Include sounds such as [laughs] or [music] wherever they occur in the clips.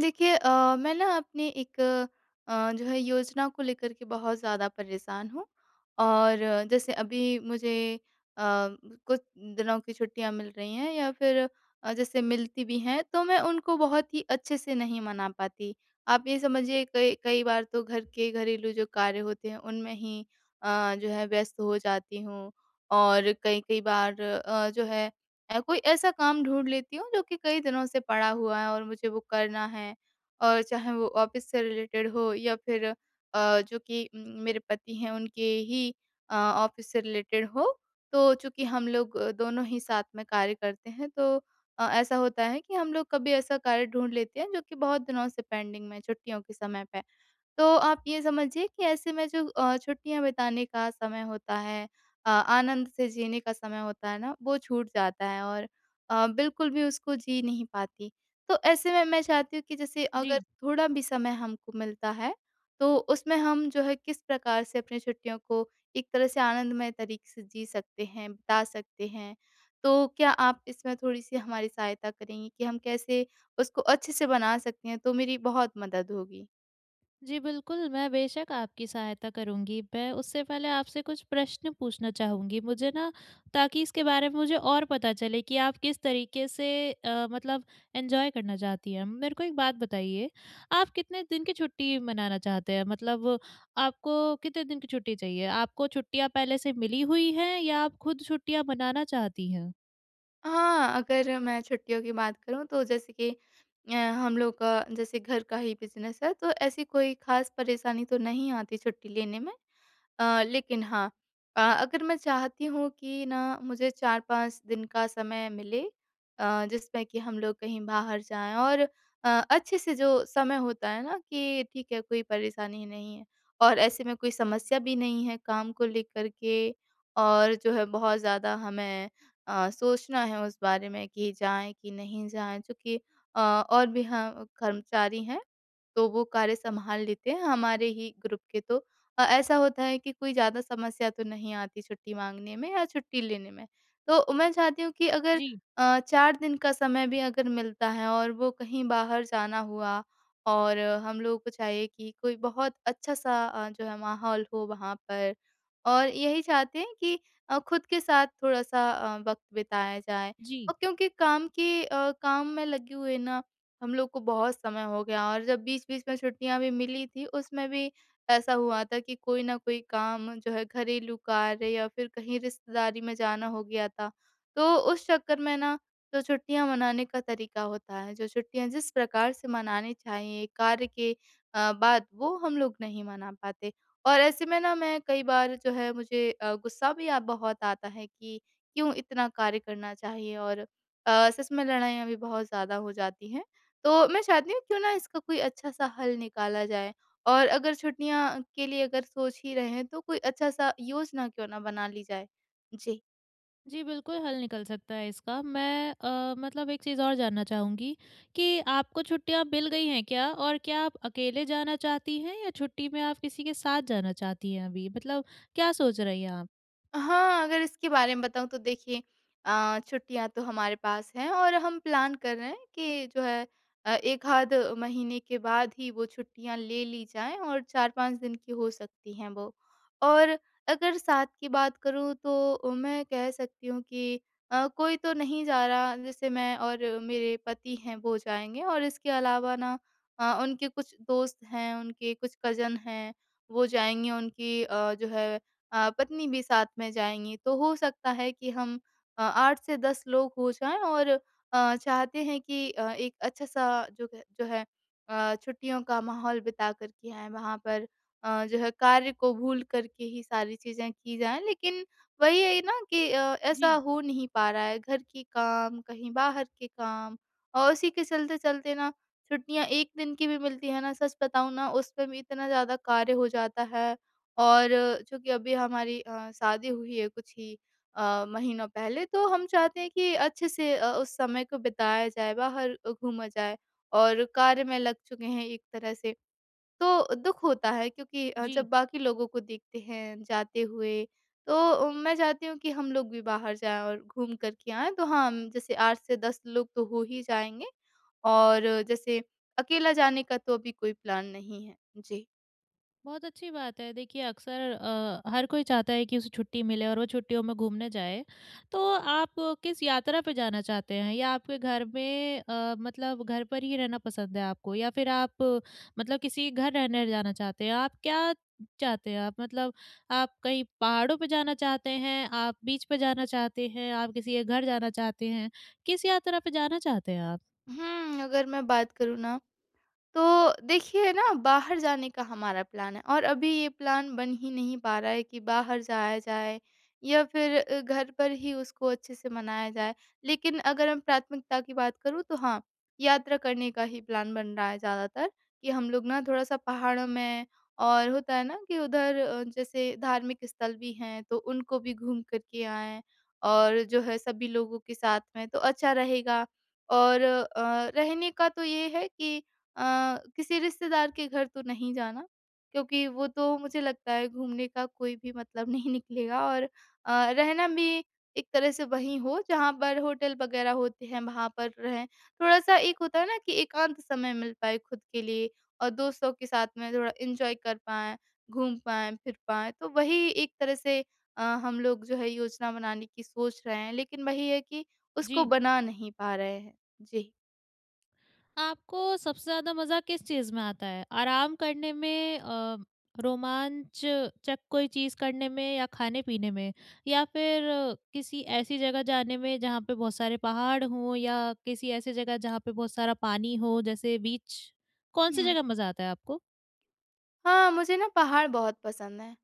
देखिए मैं ना अपने एक जो है योजना को लेकर के बहुत ज़्यादा परेशान हूँ और जैसे अभी मुझे अ, कुछ दिनों की छुट्टियाँ मिल रही हैं या फिर जैसे मिलती भी हैं तो मैं उनको बहुत ही अच्छे से नहीं मना पाती। आप ये समझिए कई कई बार तो घर के घरेलू जो कार्य होते हैं उनमें ही जो है व्यस्त हो जाती हूँ और कई कई बार जो है कोई ऐसा काम ढूँढ लेती हूँ जो कि कई दिनों से पड़ा हुआ है और मुझे वो करना है और चाहे वो ऑफ़िस से रिलेटेड हो या फिर जो कि मेरे पति हैं उनके ही ऑफ़िस से रिलेटेड हो। तो चूँकि हम लोग दोनों ही साथ में कार्य करते हैं तो ऐसा होता है कि हम लोग कभी ऐसा कार्य ढूँढ लेते हैं जो कि बहुत दिनों से पेंडिंग में है छुट्टियों के समय पे। तो आप ये समझिए कि ऐसे में जो छुट्टियाँ बिताने का समय होता है आनंद से जीने का समय होता है ना, वो छूट जाता है और बिल्कुल भी उसको जी नहीं पाती। तो ऐसे में मैं चाहती हूँ कि जैसे जी। अगर थोड़ा भी समय हमको मिलता है, तो उसमें हम जो है किस प्रकार से अपनी छुट्टियों को एक तरह से आनंदमय तरीके से जी सकते हैं, बिता सकते हैं। तो क्या आप इसमें थोड़ी-सी हमारी सहायता करेंगी कि हम कैसे उसको अच्छे से बना सकते हैं? तो मेरी बहुत मदद होगी। जी, बिल्कुल, मैं बेशक आपकी सहायता करूँगी। मैं उससे पहले आपसे कुछ प्रश्न पूछना चाहूँगी मुझे ना, ताकि इसके बारे में मुझे और पता चले कि आप किस तरीके से मतलब एन्जॉय करना चाहती हैं। मेरे को एक बात बताइए, आप कितने दिन की छुट्टी मनाना चाहते हैं? मतलब आपको कितने दिन की छुट्टी चाहिए? आपको छुट्टियाँ पहले से मिली हुई हैं, या आप खुद छुट्टियाँ मनाना चाहती हैं? हाँ, अगर मैं छुट्टियों की बात करूँ तो जैसे कि हम लोग का जैसे घर का ही बिज़नेस है, तो ऐसी कोई ख़ास परेशानी तो नहीं आती छुट्टी लेने में। लेकिन हाँ, अगर मैं चाहती हूँ कि ना मुझे 4-5 दिन का समय मिले जिसमें कि हम लोग कहीं बाहर जाएँ और अच्छे से जो समय होता है ना कि ठीक है कोई परेशानी नहीं है और ऐसे में कोई समस्या भी नहीं है काम को लेकर के और जो है बहुत ज़्यादा हमें सोचना है उस बारे में कि जाएँ कि नहीं जाएँ चूँकि और भी हम कर्मचारी हैं, तो वो कार्य सँभाल लेते हैं हमारे ही ग्रुप के तो ऐसा होता है कि कोई ज़्यादा समस्या तो नहीं आती छुट्टी माँगने में या छुट्टी लेने में। तो मैं चाहती हूँ कि अगर जी, 4 दिन का समय भी अगर मिलता है और वो कहीं बाहर जाना हुआ और हम लोगों को चाहिए कि कोई बहुत अच्छा-सा जो है माहौल हो वहाँ पर। और यही चाहते हैं कि खुद के साथ थोड़ा-सा वक़्त बिताया जाए। जी। और क्योंकि काम के काम में लगे हुए ना हम लोग को बहुत समय हो गया और जब बीच-बीच में छुट्टियाँ भी मिली थी उसमें भी ऐसा हुआ था कि कोई ना कोई काम जो है घरेलू कार्य या फिर कहीं रिश्तेदारी में जाना हो गया था। तो उस चक्कर में ना जो छुट्टियाँ मनाने का तरीका होता है, जो छुट्टियाँ जिस प्रकार से मनानी चाहिए कार्य के बाद वो हम लोग नहीं मना पाते। और ऐसे में ना मैं कई बार जो है मुझे गुस्सा भी बहुत आता है कि क्यों इतना कार्य करना चाहिए और सच में लड़ाइयाँ भी बहुत ज़्यादा हो जाती हैं। तो मैं चाहती हूँ क्यों ना इसका कोई अच्छा-सा हल निकाला जाए। और अगर छुट्टियाँ के लिए अगर सोच ही रहे हैं तो कोई अच्छा-सा योजना क्यों ना बना ली जाए? जी। जी, बिल्कुल हल निकल सकता है इसका। मैं मतलब एक चीज़ और जानना चाहूँगी, कि आपको छुट्टियाँ मिल गई हैं क्या? और क्या आप अकेले जाना चाहती हैं, या छुट्टी में आप किसी के साथ जाना चाहती हैं अभी? मतलब क्या सोच रही हैं आप? हाँ, अगर इसके बारे में बताऊँ तो देखिए छुट्टियाँ तो हमारे पास हैं और हम प्लान कर रहे हैं कि जो है 1 आध महीने के बाद ही वो छुट्टियाँ ले ली जाएँ और 4-5 दिन की हो सकती हैं वो। और अगर साथ की बात करूँ तो मैं कह सकती हूँ कि कोई तो नहीं जा रहा जैसे मैं और मेरे पति हैं वो जाएँगे और इसके अलावा ना उनके कुछ दोस्त हैं, उनके कुछ कज़न हैं, वो जाएँगे उनकी जो है पत्नी भी साथ में जाएँगी। तो हो सकता है कि हम 8 से 10 लोग हो जाएँ और चाहते हैं कि एक अच्छा-सा जो है छुट्टियों का माहौल बिता कर के आएँ। वहाँ पर जो है कार्य को भूल कर के ही सारी चीज़ें की जाएँ। लेकिन वही है ना कि ऐसा जी, हो नहीं पा रहा है। घर के काम, कहीं बाहर के काम और उसी के चलते-चलते ना छुट्टियाँ 1 दिन की भी मिलती है ना, सच बताऊँ ना उसमें भी इतना ज़्यादा कार्य हो जाता है। और चूँकि अभी हमारी शादी हुई है कुछ ही महीनों पहले तो हम चाहते हैं कि अच्छे से उस समय को बिताया जाए, बाहर घूमा जाए और कार्य में लग चुके हैं एक तरह से। तो दुःख होता है क्योंकि जी। जब बाकी लोगों को देखते हैं जाते हुए तो मैं चाहती हूँ कि हम लोग भी बाहर जाएँ और घूम कर के आएँ। तो हाँ, हम जैसे 8 से 10 लोग तो हो ही जाएँगे और जैसे अकेला जाने का तो अभी कोई प्लान नहीं है। जी। बहुत अच्छी बात है। देखिए, अक्सर हर कोई चाहता है कि उसे छुट्टी मिले और वो छुट्टियों में घूमने जाए। तो आप किस यात्रा पे जाना चाहते हैं? या आपके घर में, मतलब घर पर ही रहना पसंद है आपको? या फिर आप मतलब किसी घर रहने जाना चाहते हैं? आप क्या चाहते हैं आप? मतलब आप कहीं पहाड़ों पे जाना चाहते हैं? आप बीच पे जाना चाहते हैं? आप किसी के घर जाना चाहते हैं? किस यात्रा पे जाना चाहते हैं आप? हुँ, अगर मैं बात करूँ ना तो देखिए ना बाहर जाने का हमारा प्लान है और अभी ये प्लान बन ही नहीं पा रहा है कि बाहर जाया जाए या फिर घर पर ही उसको अच्छे से मनाया जाए। लेकिन अगर हम प्राथमिकता की बात करूँ तो हाँ, यात्रा करने का ही प्लान बन रहा है ज़्यादातर कि हम लोग ना थोड़ा-सा पहाड़ों में और होता है ना कि उधर जैसे धार्मिक स्थल भी हैं तो उनको भी घूम कर के आएँ और जो है सभी लोगों के साथ में तो अच्छा रहेगा। और रहने का तो ये है कि अ, किसी रिश्तेदार के घर तो नहीं जाना क्योंकि वो तो मुझे लगता है घूमने का कोई भी मतलब [laughs] नहीं निकलेगा और रहना भी एक तरह से वहीं हो जहाँ पर होटल वगैरह होते हैं वहाँ पर रहें थोड़ा-सा एक होता है ना कि एकांत समय मिल पाए खुद के लिए और दोस्तों के साथ में थोड़ा एन्जॉय कर पाएँ, घूम पाएँ, फिर पाएँ। तो वही एक तरह से हम लोग जो है योजना बनाने की सोच रहे हैं लेकिन वही है कि उसको जी। बना नहीं पा रहे हैं। जी। आपको सबसे ज़्यादा मज़ा किस चीज़ में आता है? आराम करने में, रोमांचचक कोई चीज़ करने में, या खाने-पीने में? या फिर किसी ऐसी जगह जाने में जहाँ पे बहुत सारे पहाड़ हों, या किसी ऐसी जगह जहाँ पे बहुत सारा पानी हो जैसे बीच? कौन-सी जगह मज़ा आता है आपको? हाँ, मुझे ना पहाड़ बहुत पसंद हैं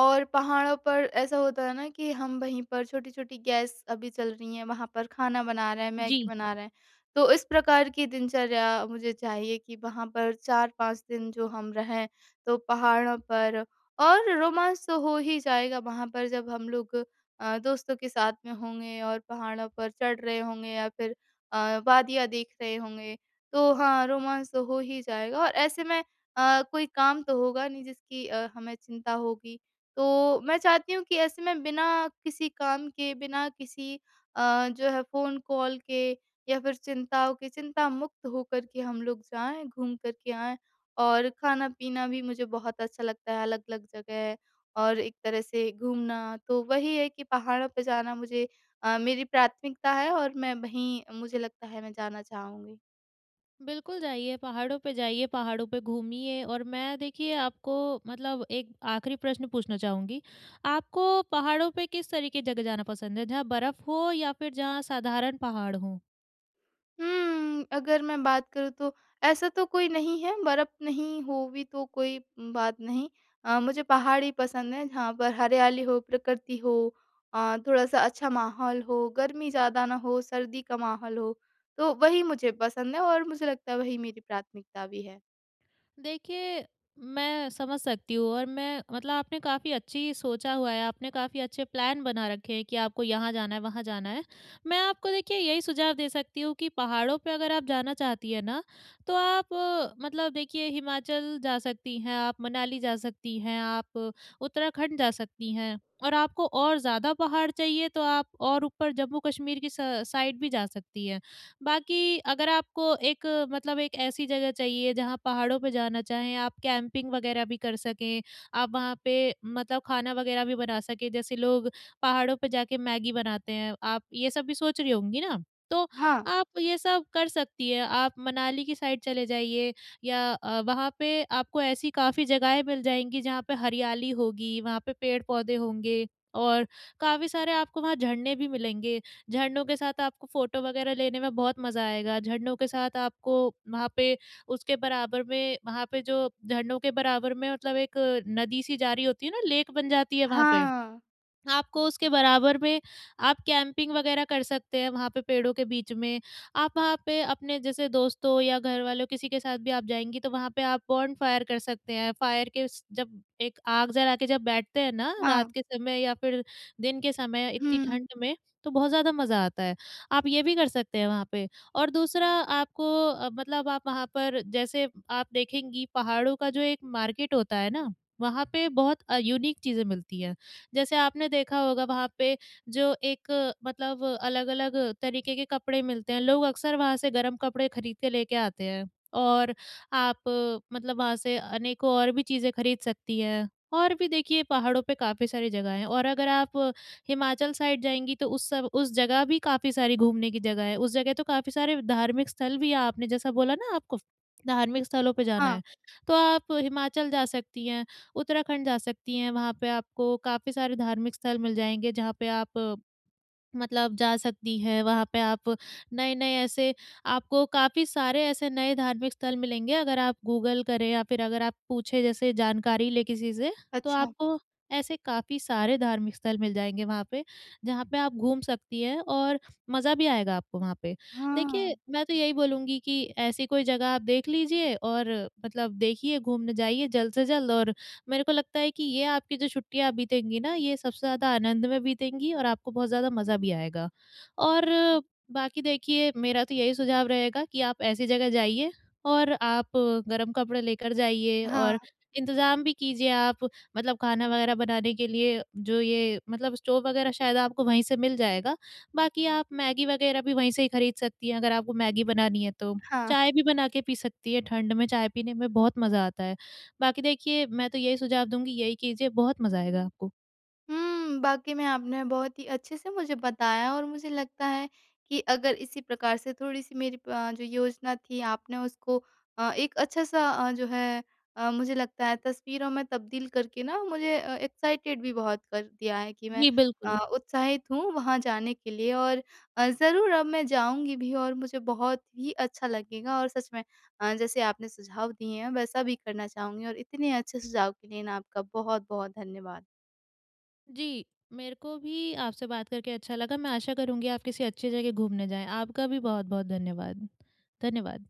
और पहाड़ों पर ऐसा होता है ना कि हम वहीं पर छोटी-छोटी गैस अभी चल रही है, वहाँ पर खाना बना रहे हैं, जी। मैगी बना रहे हैं। तो इस प्रकार की दिनचर्या मुझे चाहिए कि वहाँ पर 4-5 दिन जो हम रहें, तो पहाड़ों पर और रोमांस तो हो ही जाएगा वहाँ पर जब हम लोग दोस्तों के साथ में होंगे और पहाड़ों पर चढ़ रहे होंगे या फिर वादियाँ देख रहे होंगे। तो हाँ, रोमांस तो हो ही जाएगा और ऐसे में कोई काम तो होगा नहीं जिसकी हमें चिंता होगी। तो मैं चाहती हूँ कि ऐसे में बिना किसी काम के, बिना किसी जो है फ़ोन कॉल के या फिर चिंताओं के, चिंता मुक्त होकर के हम लोग जाएँ, घूम कर के आएँ और खाना-पीना भी मुझे बहुत अच्छा लगता है, अलग-अलग जगह और एक तरह से घूमना। तो वही है कि पहाड़ों पे जाना मुझे मेरी प्राथमिकता है और मैं वहीं मुझे लगता है मैं जाना चाहूँगी। बिल्कुल जाइए, पहाड़ों पे घूमिए। और मैं देखिए आपको, मतलब एक आखिरी प्रश्न पूछना चाहूँगी। आपको पहाड़ों पे किस तरीके जगह जाना पसंद है? जहाँ बर्फ़ हो, या फिर जहाँ साधारण पहाड़ हों? हुँ, अगर मैं बात करूँ तो ऐसा तो कोई नहीं है, बर्फ़ नहीं हो भी तो कोई बात नहीं। मुझे पहाड़ ही पसंद है जहाँ पर हरियाली हो, प्रकृति हो, थोड़ा-सा अच्छा माहौल हो, गर्मी ज़्यादा ना हो, सर्दी का माहौल हो, तो वही मुझे पसंद है और मुझे लगता है वही मेरी प्राथमिकता भी है। देखिए, मैं समझ सकती हूँ, और मैं मतलब आपने काफ़ी अच्छी सोचा हुआ है, आपने काफ़ी अच्छे प्लान बना रखे हैं कि आपको यहाँ जाना है, वहाँ जाना है। मैं आपको देखिए यही सुझाव दे सकती हूँ, कि पहाड़ों पे अगर आप जाना चाहती हैं ना, तो आप मतलब देखिए हिमाचल जा सकती हैं, आप मनाली जा सकती हैं, आप उत्तराखंड जा सकती हैं। और आपको और ज़्यादा पहाड़ चाहिए तो आप और ऊपर जम्मू-कश्मीर की स साइड भी जा सकती हैं। बाकी अगर आपको एक, मतलब एक ऐसी जगह चाहिए जहाँ पहाड़ों पे जाना चाहें, आप कैंपिंग वगैरह भी कर सकें, आप वहाँ पे मतलब खाना वगैरह भी बना सकें, जैसे लोग पहाड़ों पे जाके मैगी बनाते हैं, आप ये सब भी सोच रही होंगी ना? तो हाँ, आप ये सब कर सकती हैं, आप मनाली की साइड चले जाइए। या वहाँ पे आपको ऐसी काफ़ी जगहें मिल जाएँगी जहाँ पे हरियाली होगी, वहाँ पे पेड़-पौधे होंगे, और काफ़ी सारे आपको वहाँ झरने भी मिलेंगे। झरनों के साथ आपको फ़ोटो वगैरह लेने में बहुत मज़ा आएगा। झरनों के साथ आपको वहाँ पे, उसके बराबर में, वहाँ पे जो झरनों के बराबर में मतलब एक नदी सी जारी होती है ना, लेक बन जाती है वहाँ पे। हाँ, आपको उसके बराबर में आप कैंपिंग वगैरह कर सकते हैं वहाँ पे, पेड़ों के बीच में। आप वहाँ पे अपने जैसे दोस्तों या घर वालों, किसी के साथ भी आप जाएँगी, तो वहाँ पे आप बॉनफायर कर सकते हैं। फायर के स जब एक आग जला के जब बैठते हैं ना हाँ, रात के समय, या फिर दिन के समय इतनी हुँ, ठंड में, तो बहुत ज़्यादा मज़ा आता है। आप ये भी कर सकते हैं वहाँ पे। और दूसरा आपको मतलब आप वहाँ पर जैसे आप देखेंगी पहाड़ों का जो एक मार्केट होता है ना, वहाँ पे बहुत यूनिक चीज़ें मिलती हैं। जैसे आपने देखा होगा वहाँ पे, जो एक मतलब अलग-अलग तरीके के कपड़े मिलते हैं, लोग अक्सर वहाँ से गरम कपड़े खरीद के लेके आते हैं। और आप मतलब वहाँ से अनेकों और भी चीज़ें खरीद सकती हैं। और भी देखिए पहाड़ों पे काफ़ी सारी जगह हैं, और अगर आप हिमाचल साइड जाएँगी तो उस सब उस जगह भी काफ़ी सारी घूमने की जगह है। उस जगह तो काफ़ी सारे धार्मिक स्थल भी है। आपने जैसा बोला ना आपको, धार्मिक स्थलों पे जाना हाँ, है, तो आप हिमाचल जा सकती हैं। उत्तराखंड जा सकती हैं, वहाँ पे आपको काफ़ी सारे धार्मिक स्थल मिल जाएँगे, जहाँ पे आप मतलब जा सकती हैं। वहाँ पे आप नए-नए ऐसे, आपको काफ़ी सारे ऐसे नए धार्मिक स्थल मिलेंगे अगर आप गूगल करें, या फिर अगर आप पूछें जैसे जानकारी लें किसी से, तो अच्छा, आपको ऐसे काफ़ी सारे धार्मिक स्थल मिल जाएँगे वहाँ पे, जहाँ पे आप घूम सकती हैं, और मज़ा भी आएगा आपको वहाँ पे। हाँ, देखिए, मैं तो यही बोलूँगी कि ऐसी कोई जगह आप देख लीजिए, और मतलब देखिए, घूमने जाइए जल्द से जल्द। और मेरे को लगता है कि ये आपकी जो छुट्टियाँ बीतेंगी ना, ये सबसे ज़्यादा आनंद में बीतेंगी, और आपको बहुत ज़्यादा मज़ा भी आएगा। और बाकी देखिए मेरा तो यही सुझाव रहेगा कि आप ऐसी जगह जाइए, और आप गरम कपड़े लेकर जाइए, हाँ, और इंतज़ाम भी कीजिए आप मतलब खाना वगैरह बनाने के लिए, जो ये मतलब स्टोव वगैरह शायद आपको वहीं से मिल जाएगा। बाकी आप मैगी वगैरह भी वहीं से ही खरीद सकती हैं अगर आपको मैगी बनानी है तो। हाँ। चाय भी बना के पी सकती हैं, ठंड में चाय पीने में बहुत मज़ा आता है। बाकी देखिए मैं तो यही सुझाव दूँगी, यही कीजिए, बहुत मज़ा आएगा आपको। हुँ, वाक़ई में आपने बहुत ही अच्छे से मुझे बताया और मुझे लगता है कि अगर इसी प्रकार से थोड़ी-सी मेरी जो योजना थी आपने उसको एक अच्छा-सा मुझे लगता है तस्वीरों में तब्दील करके ना मुझे एक्साइटेड भी बहुत कर दिया है कि मैं जी, बिल्कुल। उत्साहित हूँ वहाँ जाने के लिए और ज़रूर अब मैं जाऊँगी भी और मुझे बहुत ही अच्छा लगेगा और सच में जैसे आपने सुझाव दिए हैं वैसा भी करना चाहूँगी और इतने अच्छे सुझाव के लिए ना आपका बहुत-बहुत धन्यवाद। जी, मेरे को भी आपसे बात करके अच्छा लगा। मैं आशा करूँगी आप किसी अच्छी जगह घूमने जाएँ। आपका भी बहुत-बहुत धन्यवाद। धन्यवाद।